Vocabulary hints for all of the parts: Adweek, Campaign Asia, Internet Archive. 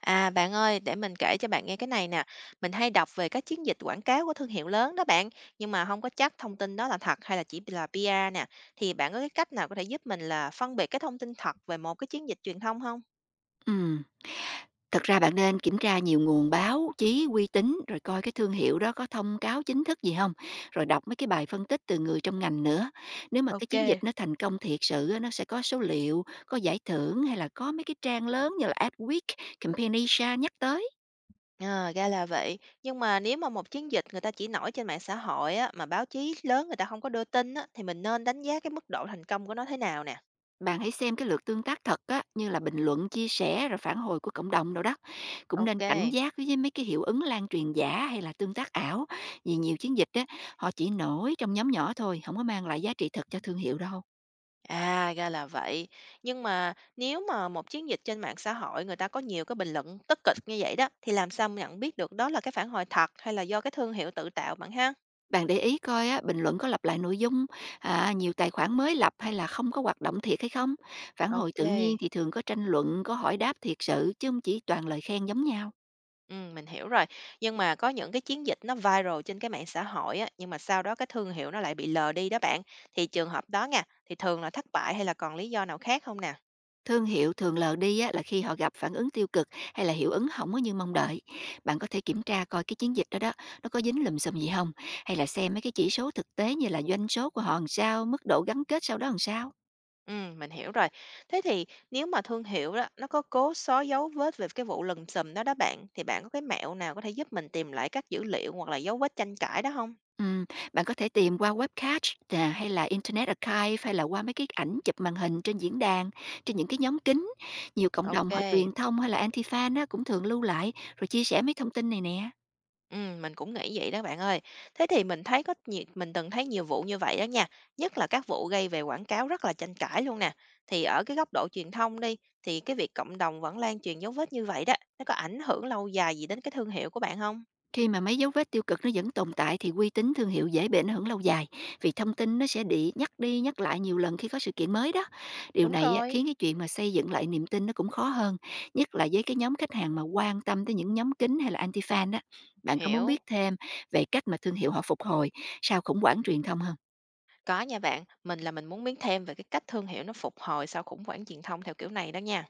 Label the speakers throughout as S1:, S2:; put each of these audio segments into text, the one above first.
S1: À, bạn ơi, để mình kể cho bạn nghe cái này nè. Mình hay đọc về các chiến dịch quảng cáo của thương hiệu lớn đó bạn, nhưng mà không có chắc thông tin đó là thật hay là chỉ là PR nè. Thì bạn có cái cách nào có thể giúp mình là phân biệt cái thông tin thật về một cái chiến dịch truyền thông không?
S2: Ừm, thật ra bạn nên kiểm tra nhiều nguồn báo chí uy tín, rồi coi cái thương hiệu đó có thông cáo chính thức gì không, rồi đọc mấy cái bài phân tích từ người trong ngành nữa. Nếu mà cái
S1: Ok.
S2: chiến dịch nó thành công thiệt sự á, nó sẽ có số liệu, có giải thưởng hay là có mấy cái trang lớn như là Adweek, Campaign Asia nhắc tới.
S1: Ờ, ra là vậy. Nhưng mà nếu mà một chiến dịch người ta chỉ nổi trên mạng xã hội á, mà báo chí lớn người ta không có đưa tin á, thì mình nên đánh giá cái mức độ thành công của nó thế nào nè?
S2: Bạn hãy xem cái lượt tương tác thật á, như là bình luận, chia sẻ rồi phản hồi của cộng đồng đâu đó. Cũng nên cảnh
S1: Ok.
S2: giác với mấy cái hiệu ứng lan truyền giả hay là tương tác ảo. Vì nhiều chiến dịch á, họ chỉ nổi trong nhóm nhỏ thôi, không có mang lại giá trị thật cho thương hiệu đâu.
S1: À, ra là vậy. Nhưng mà nếu mà một chiến dịch trên mạng xã hội người ta có nhiều cái bình luận tích cực như vậy đó, thì làm sao mà nhận biết được đó là cái phản hồi thật hay là do cái thương hiệu tự tạo bạn ha?
S2: Bạn để ý coi á, bình luận có lặp lại nội dung, à, nhiều tài khoản mới lập hay là không có hoạt động thiệt hay không. Phản hồi
S1: Ok.
S2: tự nhiên thì thường có tranh luận, có hỏi đáp thiệt sự chứ không chỉ toàn lời khen giống nhau.
S1: Ừ, mình hiểu rồi. Nhưng mà có những cái chiến dịch nó viral trên cái mạng xã hội á, nhưng mà sau đó cái thương hiệu nó lại bị lờ đi đó bạn. Thì trường hợp đó nha, thì thường là thất bại hay là còn lý do nào khác không nè?
S2: Thương hiệu thường lờ đi á, là khi họ gặp phản ứng tiêu cực hay là hiệu ứng không có như mong đợi. Bạn có thể kiểm tra coi cái chiến dịch đó đó, nó có dính lùm xùm gì không? Hay là xem mấy cái chỉ số thực tế như là doanh số của họ làm sao, mức độ gắn kết sau đó làm sao?
S1: Mình hiểu rồi. Thế thì nếu mà thương hiệu đó, nó có cố xóa dấu vết về cái vụ lùm xùm đó đó bạn, thì bạn có cái mẹo nào có thể giúp mình tìm lại các dữ liệu hoặc là dấu vết tranh cãi đó không?
S2: Ừm, bạn có thể tìm qua webcast nè, hay là Internet Archive hay là qua mấy cái ảnh chụp màn hình trên diễn đàn, trên những cái nhóm kính. Nhiều cộng đồng họ
S1: OK.
S2: truyền thông hay là anti-fan á, cũng thường lưu lại rồi chia sẻ mấy thông tin này nè.
S1: Mình cũng nghĩ vậy đó bạn ơi. Thế thì mình thấy có nhiều, mình từng thấy nhiều vụ như vậy đó nha, nhất là các vụ gây về quảng cáo rất là tranh cãi luôn nè. Thì ở cái góc độ truyền thông đi, thì cái việc cộng đồng vẫn lan truyền dấu vết như vậy đó, nó có ảnh hưởng lâu dài gì đến cái thương hiệu của bạn không?
S2: Khi mà mấy dấu vết tiêu cực nó vẫn tồn tại thì uy tín thương hiệu dễ bị ảnh hưởng lâu dài, vì thông tin nó sẽ bị nhắc đi nhắc lại nhiều lần khi có sự kiện mới đó. Điều
S1: Đúng
S2: này á,
S1: rồi,
S2: khiến cái chuyện mà xây dựng lại niềm tin nó cũng khó hơn, nhất là với cái nhóm khách hàng mà quan tâm tới những nhóm kính hay là anti-fan đó. Bạn có muốn biết
S1: hiểu.
S2: thêm về cách mà thương hiệu họ phục hồi sau khủng hoảng truyền thông không?
S1: Có nha bạn, mình là mình muốn biết thêm về cái cách thương hiệu nó phục hồi sau khủng hoảng truyền thông theo kiểu này đó nha.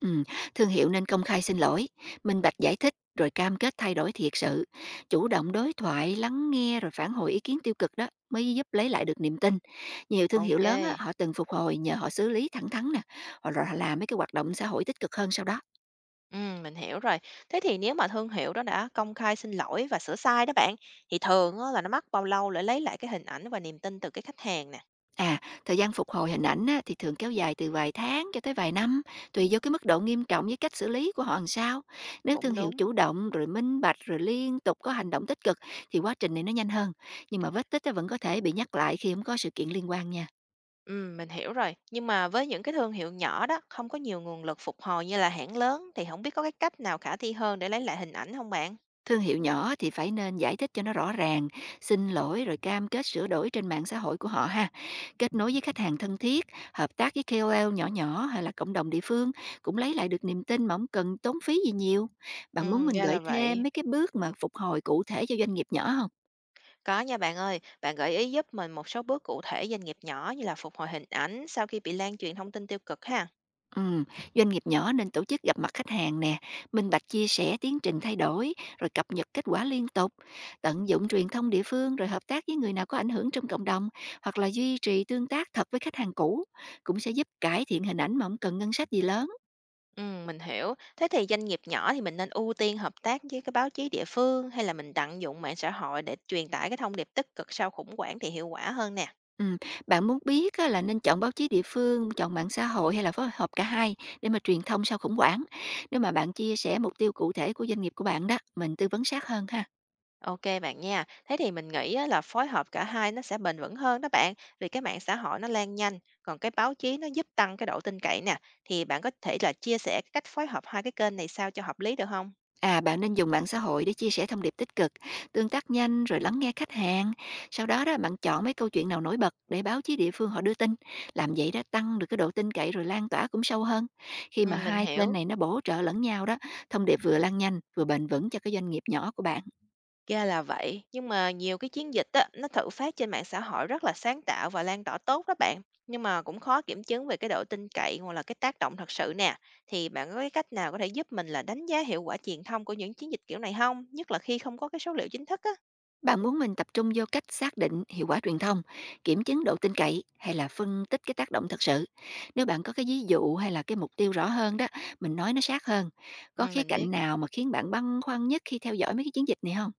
S2: Ừm, thương hiệu nên công khai xin lỗi, minh bạch giải thích, rồi cam kết thay đổi thiệt sự, chủ động đối thoại, lắng nghe rồi phản hồi ý kiến tiêu cực đó mới giúp lấy lại được niềm tin. Nhiều thương hiệu
S1: Ok.
S2: lớn á, họ từng phục hồi nhờ họ xử lý thẳng thắn nè, hoặc là họ làm mấy cái hoạt động xã hội tích cực hơn sau đó.
S1: Ừ, mình hiểu rồi. Thế thì nếu mà thương hiệu đó đã công khai xin lỗi và sửa sai đó bạn, thì thường á, là nó mất bao lâu để lấy lại cái hình ảnh và niềm tin từ cái khách hàng nè?
S2: À, thời gian phục hồi hình ảnh á, thì thường kéo dài từ vài tháng cho tới vài năm, tùy do cái mức độ nghiêm trọng với cách xử lý của họ làm sao. Nếu
S1: Cũng
S2: thương hiệu
S1: đúng.
S2: chủ động, rồi minh bạch, rồi liên tục có hành động tích cực thì quá trình này nó nhanh hơn. Nhưng mà vết tích á, vẫn có thể bị nhắc lại khi không có sự kiện liên quan nha.
S1: Ừ, mình hiểu rồi. Nhưng mà với những cái thương hiệu nhỏ đó, không có nhiều nguồn lực phục hồi như là hãng lớn, thì không biết có cái cách nào khả thi hơn để lấy lại hình ảnh không bạn?
S2: Thương hiệu nhỏ thì phải nên giải thích cho nó rõ ràng, xin lỗi rồi cam kết sửa đổi trên mạng xã hội của họ ha. Kết nối với khách hàng thân thiết, hợp tác với KOL nhỏ nhỏ hay là cộng đồng địa phương cũng lấy lại được niềm tin mà không cần tốn phí gì nhiều. Bạn muốn
S1: Ừ,
S2: mình
S1: ra là
S2: gợi thêm
S1: vậy.
S2: mấy cái bước mà phục hồi cụ thể cho doanh nghiệp nhỏ không?
S1: Có nha bạn ơi, bạn gợi ý giúp mình một số bước cụ thể doanh nghiệp nhỏ như là phục hồi hình ảnh sau khi bị lan truyền thông tin tiêu cực ha.
S2: Ừm, doanh nghiệp nhỏ nên tổ chức gặp mặt khách hàng nè, minh bạch chia sẻ tiến trình thay đổi, rồi cập nhật kết quả liên tục, tận dụng truyền thông địa phương rồi hợp tác với người nào có ảnh hưởng trong cộng đồng, hoặc là duy trì tương tác thật với khách hàng cũ, cũng sẽ giúp cải thiện hình ảnh mà không cần ngân sách gì lớn.
S1: Ừ, mình hiểu. Thế thì doanh nghiệp nhỏ thì mình nên ưu tiên hợp tác với cái báo chí địa phương hay là mình tận dụng mạng xã hội để truyền tải cái thông điệp tích cực sau khủng hoảng thì hiệu quả hơn nè?
S2: Ừm, bạn muốn biết á, là nên chọn báo chí địa phương, chọn mạng xã hội hay là phối hợp cả hai để mà truyền thông sau khủng hoảng. Nếu mà bạn chia sẻ mục tiêu cụ thể của doanh nghiệp của bạn đó, mình tư vấn sát hơn ha.
S1: Ok bạn nha. Thế thì mình nghĩ á là phối hợp cả hai nó sẽ bền vững hơn đó bạn, vì cái mạng xã hội nó lan nhanh, còn cái báo chí nó giúp tăng cái độ tin cậy nè. Thì bạn có thể là chia sẻ cái cách phối hợp hai cái kênh này sao cho hợp lý được không?
S2: À, bạn nên dùng mạng xã hội để chia sẻ thông điệp tích cực, tương tác nhanh rồi lắng nghe khách hàng. Sau đó đó bạn chọn mấy câu chuyện nào nổi bật để báo chí địa phương họ đưa tin. Làm vậy đó tăng được cái độ tin cậy rồi lan tỏa cũng sâu hơn. Khi
S1: Ừ,
S2: mà
S1: mình
S2: hai kênh
S1: hiểu.
S2: này nó bổ trợ lẫn nhau đó, thông điệp vừa lan nhanh vừa bền vững cho cái doanh nghiệp nhỏ của bạn.
S1: Ra là vậy, nhưng mà nhiều cái chiến dịch á, nó thử phát trên mạng xã hội rất là sáng tạo và lan tỏa tốt đó bạn. Nhưng mà cũng khó kiểm chứng về cái độ tin cậy hoặc là cái tác động thật sự nè. Thì bạn có cái cách nào có thể giúp mình là đánh giá hiệu quả truyền thông của những chiến dịch kiểu này không? Nhất là khi không có cái số liệu chính thức á.
S2: Bạn muốn mình tập trung vô cách xác định hiệu quả truyền thông, kiểm chứng độ tin cậy hay là phân tích cái tác động thật sự. Nếu bạn có cái ví dụ hay là cái mục tiêu rõ hơn đó, mình nói nó sát hơn. Có
S1: Ừ,
S2: khía
S1: mình biết.
S2: cạnh nào mà khiến bạn băn khoăn nhất khi theo dõi mấy cái chiến dịch này không?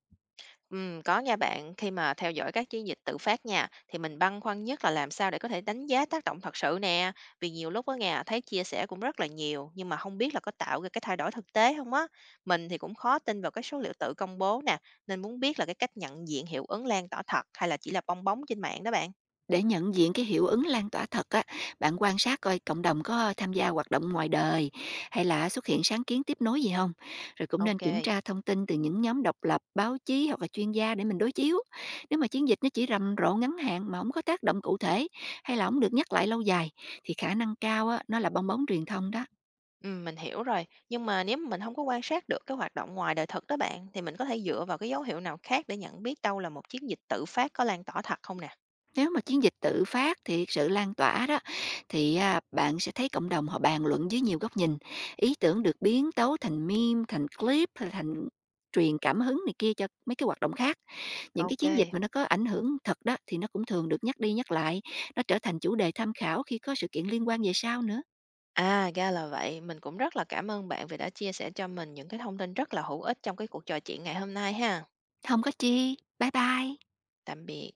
S1: Có nha bạn, khi mà theo dõi các chiến dịch tự phát nha, thì mình băn khoăn nhất là làm sao để có thể đánh giá tác động thật sự nè. Vì nhiều lúc á nha, thấy chia sẻ cũng rất là nhiều, nhưng mà không biết là có tạo ra cái thay đổi thực tế không á. Mình thì cũng khó tin vào cái số liệu tự công bố nè, nên muốn biết là cái cách nhận diện hiệu ứng lan tỏa thật hay là chỉ là bong bóng trên mạng đó bạn.
S2: Để nhận diện cái hiệu ứng lan tỏa thật á, bạn quan sát coi cộng đồng có tham gia hoạt động ngoài đời hay là xuất hiện sáng kiến tiếp nối gì không? Rồi cũng nên
S1: Ok,
S2: kiểm tra thông tin từ những nhóm độc lập, báo chí hoặc là chuyên gia để mình đối chiếu. Nếu mà chiến dịch nó chỉ rầm rộ ngắn hạn mà không có tác động cụ thể hay là không được nhắc lại lâu dài thì khả năng cao á, nó là bong bóng truyền thông đó.
S1: mình hiểu rồi. Nhưng mà nếu mà mình không có quan sát được cái hoạt động ngoài đời thực đó bạn, thì mình có thể dựa vào cái dấu hiệu nào khác để nhận biết đâu là một chiến dịch tự phát có lan tỏa thật không nè?
S2: Nếu mà chiến dịch tự phát thiệt sự lan tỏa đó thì, bạn sẽ thấy cộng đồng họ bàn luận dưới nhiều góc nhìn, ý tưởng được biến tấu thành meme, thành clip hay thành truyền cảm hứng này kia cho mấy cái hoạt động khác. Những cái
S1: Ok.
S2: chiến dịch mà nó có ảnh hưởng thật đó thì nó cũng thường được nhắc đi nhắc lại, nó trở thành chủ đề tham khảo khi có sự kiện liên quan về sau nữa.
S1: À, ra là vậy. Mình cũng rất là cảm ơn bạn vì đã chia sẻ cho mình những cái thông tin rất là hữu ích trong cái cuộc trò chuyện ngày hôm nay ha.
S2: Không có chi. Bye bye.
S1: Tạm biệt.